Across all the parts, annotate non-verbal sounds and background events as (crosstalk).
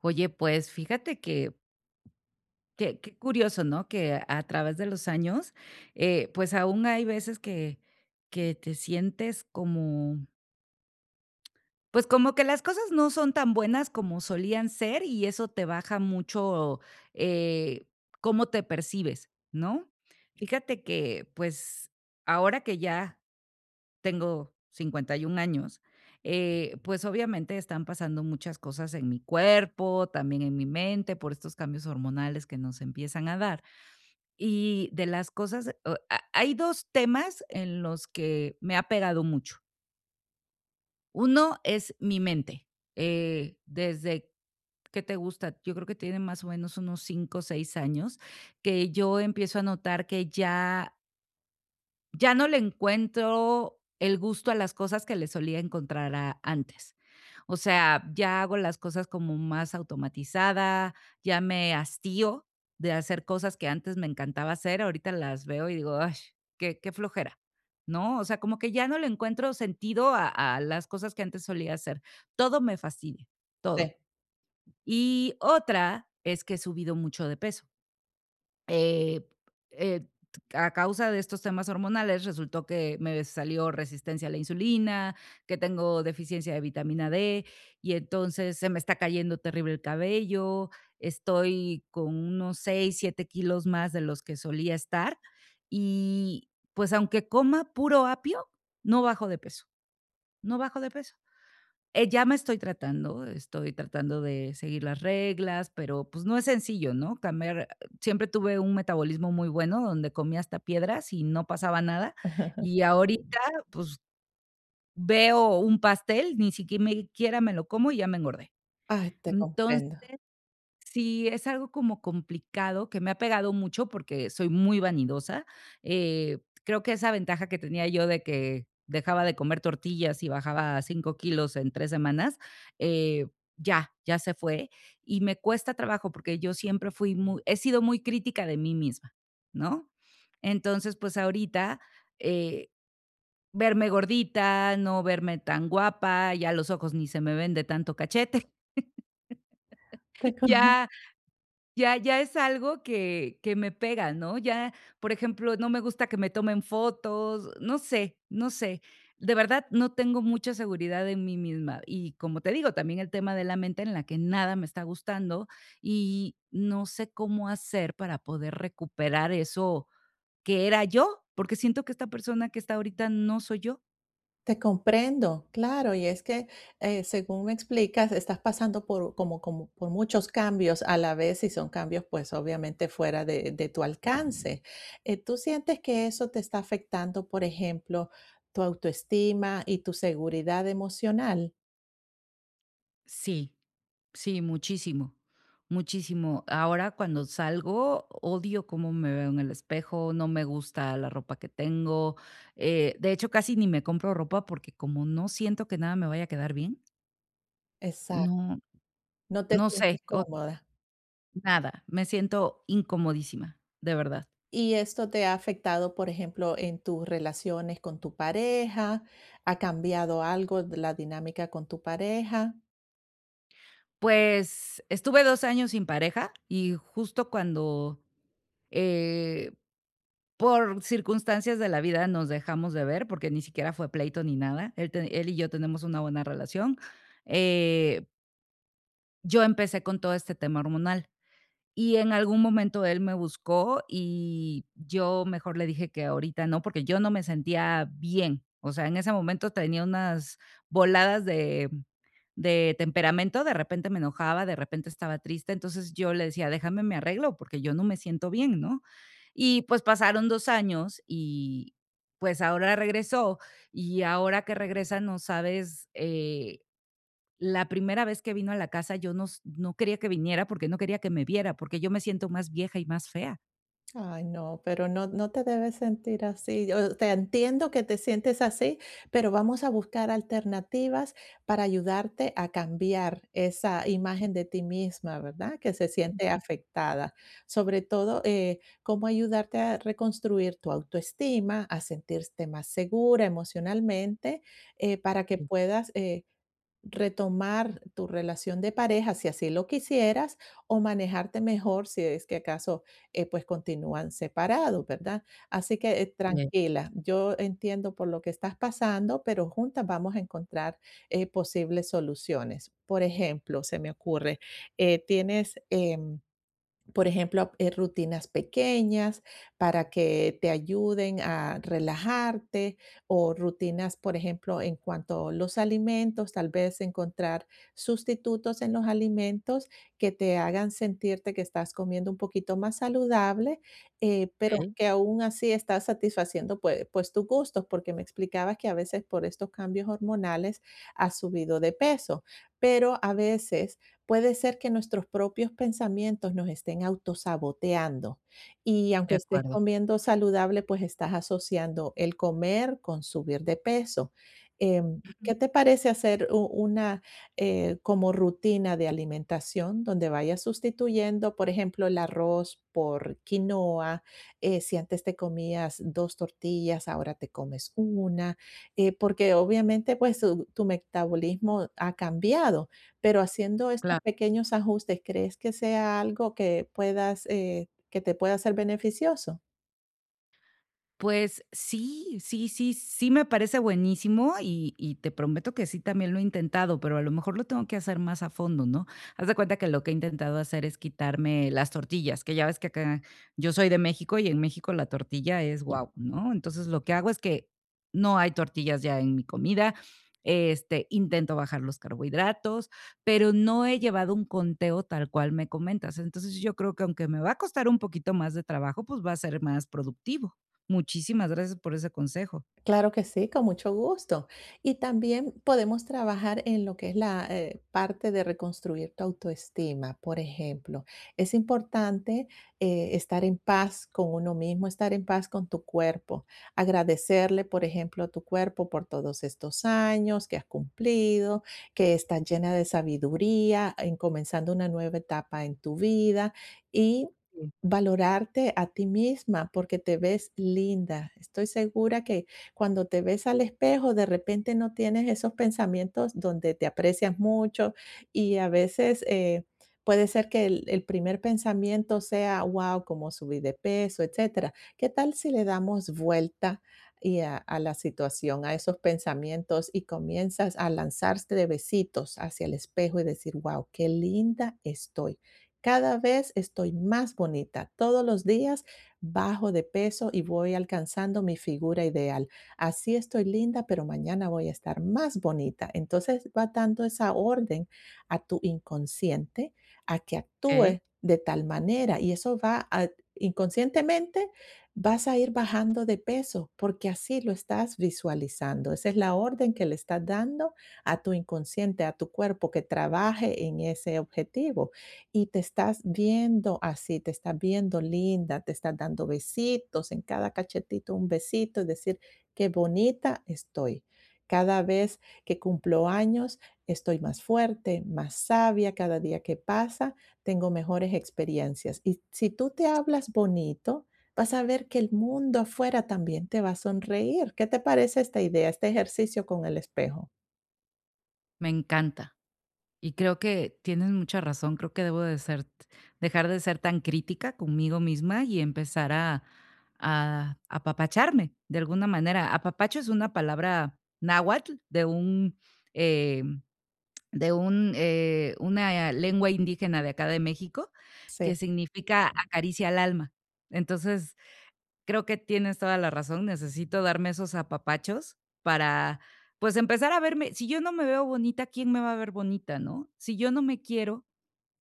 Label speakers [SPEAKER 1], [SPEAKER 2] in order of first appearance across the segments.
[SPEAKER 1] Oye, pues fíjate que, qué curioso, ¿no? Que a través de los años, pues aún hay veces que te sientes como, pues como que las cosas no son tan buenas como solían ser y eso te baja mucho eh, cómo te percibes, ¿no? Fíjate que, pues ahora que ya tengo 51 años, pues obviamente están pasando muchas cosas en mi cuerpo, también en mi mente, por estos cambios hormonales que nos empiezan a dar. Y de las cosas, hay dos temas en los que me ha pegado mucho. Uno es mi mente. Desde ¿qué te gusta? Yo creo que tiene más o menos unos 5, o 6 años que yo empiezo a notar que ya no le encuentro el gusto a las cosas que le solía encontrar a antes. O sea, ya hago las cosas como más automatizada, ya me hastío de hacer cosas que antes me encantaba hacer, ahorita las veo y digo: "Ay, qué flojera", ¿no? O sea, como que ya no le encuentro sentido a las cosas que antes solía hacer. Todo me fastidia,
[SPEAKER 2] Sí.
[SPEAKER 1] todo. Y otra es que he subido mucho de peso. Eh, eh, a causa de estos temas hormonales, resultó que me salió resistencia a la insulina, que tengo deficiencia de vitamina D, y entonces se me está cayendo terrible el cabello, estoy con unos 6, 7 kilos más de los que solía estar. Y pues aunque coma puro apio, no bajo de peso, no bajo de peso. Ya me estoy tratando de seguir las reglas, pero pues no es sencillo, ¿no? Cambiar, siempre tuve un metabolismo muy bueno donde comía hasta piedras y no pasaba nada.
[SPEAKER 2] (laughs)
[SPEAKER 1] Y ahorita, pues veo un pastel, ni siquiera me lo como y ya me engordé.
[SPEAKER 2] Ay, te
[SPEAKER 1] Entonces,
[SPEAKER 2] comprendo.
[SPEAKER 1] sí, es algo como complicado que me ha pegado mucho porque soy muy vanidosa. Eh, creo que esa ventaja que tenía yo de que dejaba de comer tortillas y bajaba 5 kilos en 3 semanas, eh, ya se fue. Y me cuesta trabajo porque yo siempre fui muy he sido muy crítica de mí misma, ¿no? Entonces, pues ahorita, eh, verme gordita, no verme tan guapa, ya los ojos ni se me ven de tanto cachete,
[SPEAKER 2] Te
[SPEAKER 1] (laughs)
[SPEAKER 2] com (laughs)
[SPEAKER 1] ya. Ya es algo que me pega, ¿no? Ya, por ejemplo, no me gusta que me tomen fotos, no sé, no sé. De verdad, no tengo mucha seguridad en mí misma. Y como te digo, también el tema de la mente en la que nada me está gustando y no sé cómo hacer para poder recuperar eso que era yo, porque siento que esta persona que está ahorita no soy yo.
[SPEAKER 2] te comprendo, claro, y es que, según me explicas, estás pasando por como por muchos cambios a la vez, y son cambios, pues, obviamente fuera de tu alcance, ¿tú sientes que eso te está afectando, por ejemplo, tu autoestima y tu seguridad emocional?
[SPEAKER 1] Sí. Sí, muchísimo, muchísimo. Ahora cuando salgo, odio cómo me veo en el espejo, no me gusta la ropa que tengo. De hecho, casi ni me compro ropa porque como no siento que nada me vaya a quedar bien,
[SPEAKER 2] Exacto,
[SPEAKER 1] no,
[SPEAKER 2] no te
[SPEAKER 1] no sé,
[SPEAKER 2] sientes cómoda.
[SPEAKER 1] nada, me siento incomodísima, de verdad.
[SPEAKER 2] ¿Y esto te ha afectado, por ejemplo, en tus relaciones con tu pareja? ¿Ha cambiado algo de la dinámica con tu pareja?
[SPEAKER 1] Pues, estuve 2 años sin pareja y justo cuando, eh, por circunstancias de la vida nos dejamos de ver, porque ni siquiera fue pleito ni nada. Él y yo tenemos una buena relación. Eh, yo empecé con todo este tema hormonal, y en algún momento él me buscó, y yo mejor le dije que ahorita no, porque yo no me sentía bien. O sea, en ese momento tenía unas voladas de temperamento, de repente me enojaba, de repente estaba triste, entonces yo le decía, déjame me arreglo porque yo no me siento bien, ¿no? Y pues pasaron dos años y pues ahora regresó y ahora que regresa no sabes, la primera vez que vino a la casa yo no, no quería que viniera porque no quería que me viera, porque yo me siento más vieja y más fea.
[SPEAKER 2] Ay, no, pero no, no te debes sentir así. O sea, entiendo que te sientes así, pero vamos a buscar alternativas para ayudarte a cambiar esa imagen de ti misma, ¿verdad? Que se siente afectada. Sobre todo, cómo ayudarte a reconstruir tu autoestima, a sentirte más segura emocionalmente, para que puedas retomar tu relación de pareja si así lo quisieras o manejarte mejor si es que acaso, pues continúan separados, ¿verdad? Así que tranquila, yo entiendo por lo que estás pasando, pero juntas vamos a encontrar posibles soluciones. Por ejemplo, se me ocurre, tienes, por ejemplo, rutinas pequeñas para que te ayuden a relajarte o rutinas, por ejemplo, en cuanto a los alimentos, tal vez encontrar sustitutos en los alimentos que te hagan sentirte que estás comiendo un poquito más saludable, pero
[SPEAKER 1] Okey,
[SPEAKER 2] que aún así estás satisfaciendo pues tus gustos, porque me explicabas que a veces por estos cambios hormonales has subido de peso, pero a veces puede ser que nuestros propios pensamientos nos estén autosaboteando y aunque
[SPEAKER 1] de
[SPEAKER 2] estés
[SPEAKER 1] acuerdo,
[SPEAKER 2] comiendo saludable, pues estás asociando el comer con subir de peso. ¿Qué te parece hacer una como rutina de alimentación donde vayas sustituyendo, por ejemplo, el arroz por quinoa? Si antes te comías dos tortillas, ahora te comes una, porque obviamente pues tu metabolismo ha cambiado. Pero haciendo estos
[SPEAKER 1] claro.
[SPEAKER 2] pequeños ajustes, ¿crees que sea algo que puedas, que te pueda ser beneficioso?
[SPEAKER 1] Pues sí, sí, sí, sí me parece buenísimo y te prometo que sí también lo he intentado, pero a lo mejor lo tengo que hacer más a fondo, ¿no? Haz de cuenta que lo que he intentado hacer es quitarme las tortillas, que ya ves que acá yo soy de México y en México la tortilla es guau, ¿no? Entonces, lo que hago es que no hay tortillas ya en mi comida, este, intento bajar los carbohidratos, pero no he llevado un conteo tal cual me comentas. Entonces, yo creo que aunque me va a costar un poquito más de trabajo, pues va a ser más productivo. Muchísimas gracias por ese consejo.
[SPEAKER 2] Claro que sí, con mucho gusto. Y también podemos trabajar en lo que es la parte de reconstruir tu autoestima, por ejemplo. Es importante estar en paz con uno mismo, estar en paz con tu cuerpo, agradecerle, por ejemplo, a tu cuerpo por todos estos años que has cumplido, que estás llena de sabiduría, en comenzando una nueva etapa en tu vida y valorarte a ti misma porque te ves linda. Estoy segura que cuando te ves al espejo, de repente no tienes esos pensamientos donde te aprecias mucho y a veces puede ser que el primer pensamiento sea, wow, como subí de peso, etcétera. ¿Qué tal si le damos vuelta y a la situación, a esos pensamientos y comienzas a lanzarte de besitos hacia el espejo y decir, wow, qué linda estoy. Cada vez estoy más bonita. Todos los días bajo de peso y voy alcanzando mi figura ideal, así estoy linda, pero mañana voy a estar más bonita. Entonces va dando esa orden a tu inconsciente a que
[SPEAKER 1] Okey,
[SPEAKER 2] actúe de tal manera y eso va a, inconscientemente vas a ir bajando de peso porque así lo estás visualizando. Esa es la orden que le estás dando a tu inconsciente, a tu cuerpo, que trabaje en ese objetivo. Y te estás viendo así, te estás viendo linda, te estás dando besitos, en cada cachetito un besito, es decir, qué bonita estoy. Cada vez que cumplo años, estoy más fuerte, más sabia. Cada día que pasa, tengo mejores experiencias. Y si tú te hablas bonito, vas a ver que el mundo afuera también te va a sonreír. ¿Qué te parece esta idea, este ejercicio con el espejo?
[SPEAKER 1] me encanta. Y creo que tienes mucha razón, creo que debo de ser dejar de ser tan crítica conmigo misma y empezar a apapacharme de alguna manera. Apapacho es una palabra náhuatl eh, de un, una lengua indígena de acá de México, que
[SPEAKER 2] Sí.
[SPEAKER 1] significa acaricia al alma. Entonces, creo que tienes toda la razón, necesito darme esos apapachos para, pues, empezar a verme. Si yo no me veo bonita, ¿quién me va a ver bonita, no? Si yo no me quiero,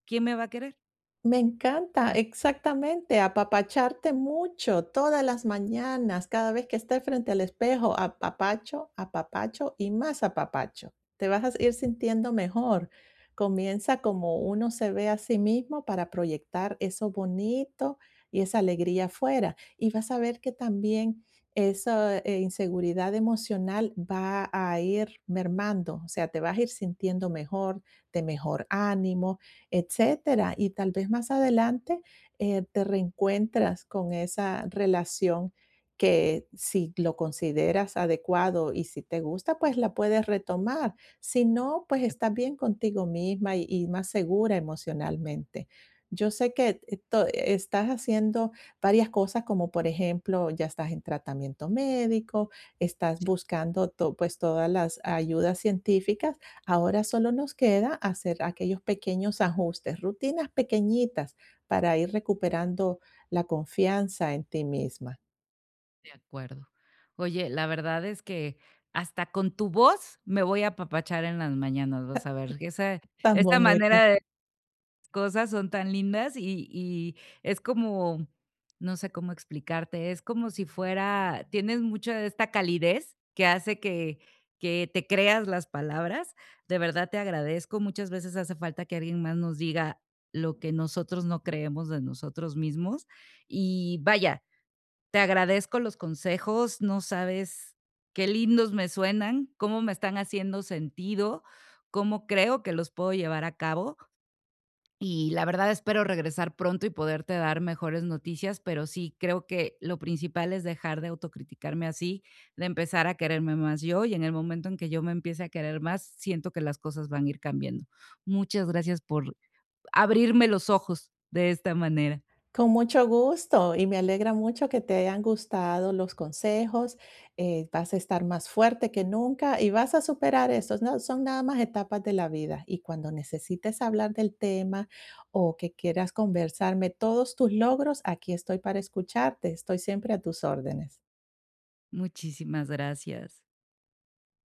[SPEAKER 1] ¿quién me va a querer?
[SPEAKER 2] Me encanta,
[SPEAKER 1] Ah,
[SPEAKER 2] exactamente, apapacharte mucho todas las mañanas, cada vez que estés frente al espejo, apapacho, apapacho y más apapacho. Te vas a ir sintiendo mejor. Comienza como uno se ve a sí mismo para proyectar eso bonito y esa alegría afuera. Y vas a ver que también esa inseguridad emocional va a ir mermando, o sea, te vas a ir sintiendo mejor, de mejor ánimo, etcétera. Y tal vez más adelante te reencuentras con esa relación que si lo consideras adecuado y si te gusta, pues la puedes retomar. Si no, pues
[SPEAKER 1] de ac
[SPEAKER 2] estás bien contigo misma y más segura emocionalmente. Yo sé que estás haciendo varias cosas, como por ejemplo, ya estás en tratamiento médico, estás
[SPEAKER 1] sí,
[SPEAKER 2] buscando pues todas las ayudas científicas. Ahora solo nos queda hacer aquellos pequeños ajustes, rutinas pequeñitas para ir recuperando la confianza en ti misma.
[SPEAKER 1] de acuerdo. Oye, la verdad es que hasta con tu voz me voy a apapachar en las mañanas, vas a ver, esa
[SPEAKER 2] Tan
[SPEAKER 1] esa
[SPEAKER 2] bonito.
[SPEAKER 1] manera de cosas son tan lindas y es como, no sé cómo explicarte, es como si fuera, tienes mucha de esta calidez que hace que te creas las palabras. De verdad te agradezco. Muchas veces hace falta que alguien más nos diga lo que nosotros no creemos de nosotros mismos. Y vaya, te agradezco los consejos. No sabes qué lindos me suenan, cómo me están haciendo sentido, cómo creo que los puedo llevar a cabo. Y la verdad espero regresar pronto y poderte dar mejores noticias, pero sí creo que lo principal es dejar de autocriticarme así, de empezar a quererme más yo y en el momento en que yo me empiece a querer más, siento que las cosas van a ir cambiando. Muchas gracias por abrirme los ojos de esta manera.
[SPEAKER 2] Con mucho gusto y me alegra mucho que te hayan gustado los consejos. Vas a estar más fuerte que nunca y vas a superar eso. No, son nada más etapas de la vida. Y cuando necesites hablar del tema o que quieras conversarme todos tus logros, aquí estoy para escucharte. Estoy siempre a tus órdenes.
[SPEAKER 1] Muchísimas gracias.